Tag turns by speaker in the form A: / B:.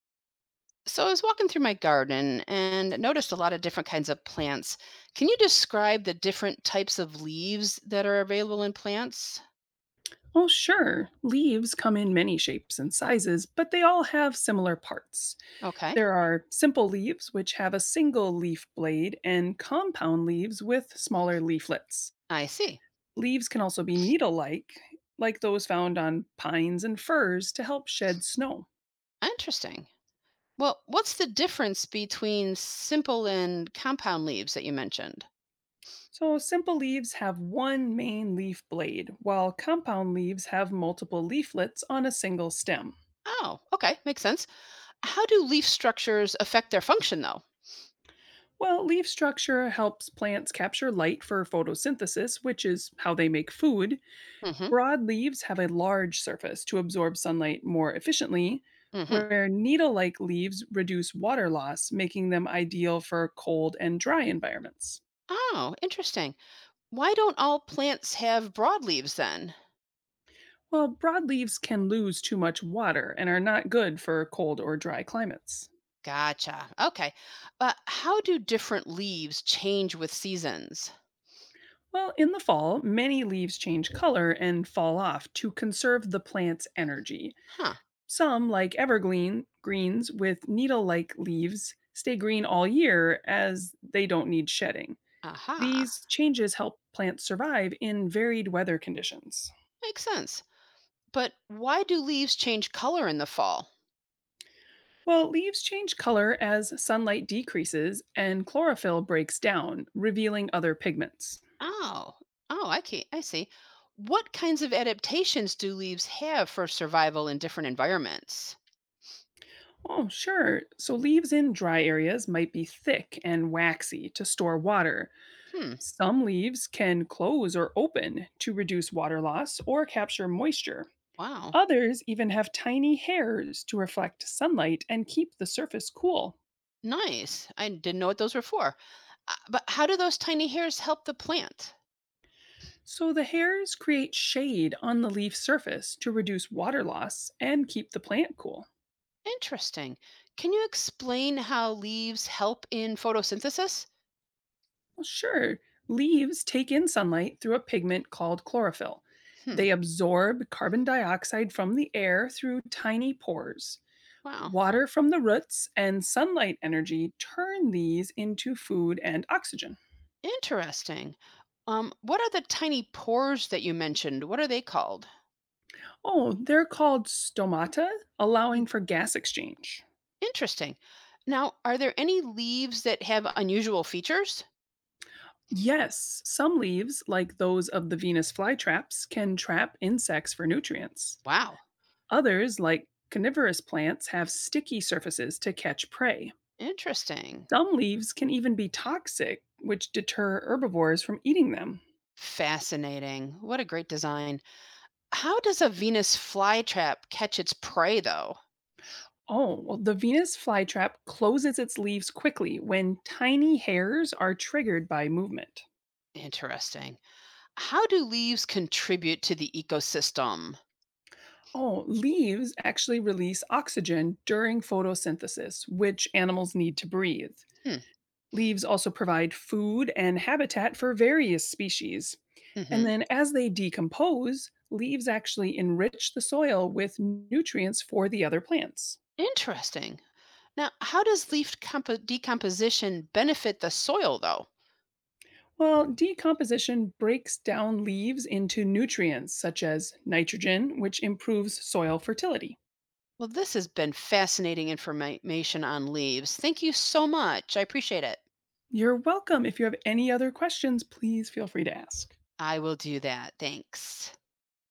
A: So I was walking through my garden and noticed a lot of different kinds of plants. Can you describe the different types of leaves that are available in plants?
B: Well, sure. Leaves come in many shapes and sizes, but they all have similar parts.
A: Okay,
B: There are simple leaves, which have a single leaf blade, and compound leaves with smaller leaflets.
A: I see.
B: Leaves can also be needle like those found on pines and firs to help shed snow.
A: Interesting. Well, what's the difference between simple and compound leaves that you mentioned?
B: So, simple leaves have one main leaf blade, while compound leaves have multiple leaflets on a single stem.
A: Oh, okay, makes sense. How do leaf structures affect their function though?
B: Well, leaf structure helps plants capture light for photosynthesis, which is how they make food.
A: Mhm.
B: Broad leaves have a large surface to absorb sunlight more efficiently,
A: Mhm.
B: where needle like leaves reduce water loss, making them ideal for cold and dry environments.
A: Oh, interesting. Why don't all plants have broad leaves then?
B: Well, broad leaves can lose too much water and are not good for cold or dry climates.
A: Gotcha. Okay. But how do different leaves change with seasons?
B: Well, in the fall, many leaves change color and fall off to conserve the plant's energy.
A: Huh.
B: Some, like evergreen greens with needle-like leaves, stay green all year as they don't need shedding.
A: Aha.
B: These changes help plants survive in varied weather conditions.
A: Makes sense. But why do leaves change color in the fall?
B: Well, leaves change color as sunlight decreases and chlorophyll breaks down, revealing other pigments.
A: Oh. Oh, I see. What kinds of adaptations do leaves have for survival in different environments?
B: Oh, sure. So leaves in dry areas might be thick and waxy to store water.
A: Hmm.
B: Some leaves can close or open to reduce water loss or capture moisture.
A: Wow.
B: Others even have tiny hairs to reflect sunlight and keep the surface cool.
A: Nice. I didn't know what those were for. But how do those tiny hairs help the plant?
B: So the hairs create shade on the leaf surface to reduce water loss and keep the plant cool.
A: Interesting. Can you explain how leaves help in photosynthesis?
B: Well, sure, leaves take in sunlight through a pigment called chlorophyll.
A: Hmm.
B: They absorb carbon dioxide from the air through tiny pores.
A: Wow.
B: Water from the roots and sunlight energy turn these into food and oxygen.
A: Interesting. What are the tiny pores that you mentioned? What are they called?
B: Oh, they're called stomata,
A: Mm,
B: allowing for gas exchange.
A: interesting. Now, are there any leaves that have unusual features?
B: Yes, some leaves, like those of the Venus flytraps, can trap insects for nutrients.
A: Wow,
B: Others, like carnivorous plants, have sticky surfaces to catch prey.
A: interesting.
B: Some leaves can even be toxic, which deter herbivores from eating them.
A: Fascinating. What a great design. How does a Venus flytrap catch its prey, though?
B: Oh, well, the Venus flytrap closes its leaves quickly when tiny hairs are triggered by movement.
A: Interesting. How do leaves contribute to the ecosystem?
B: Oh, leaves actually release oxygen during photosynthesis, which animals need to breathe.
A: Hmm.
B: Leaves also provide food and habitat for various species. And
A: Hmm.
B: then as they decompose, leaves actually enrich the soil with nutrients for the other plants.
A: Interesting. Now, how does decomposition benefit the soil, though?
B: Well, decomposition breaks down leaves into nutrients such as nitrogen, which improves soil fertility.
A: Well, this has been fascinating information on leaves. Thank you so much. I appreciate it.
B: You're welcome. If you have any other questions, please feel free to ask.
A: I will do that. Thanks.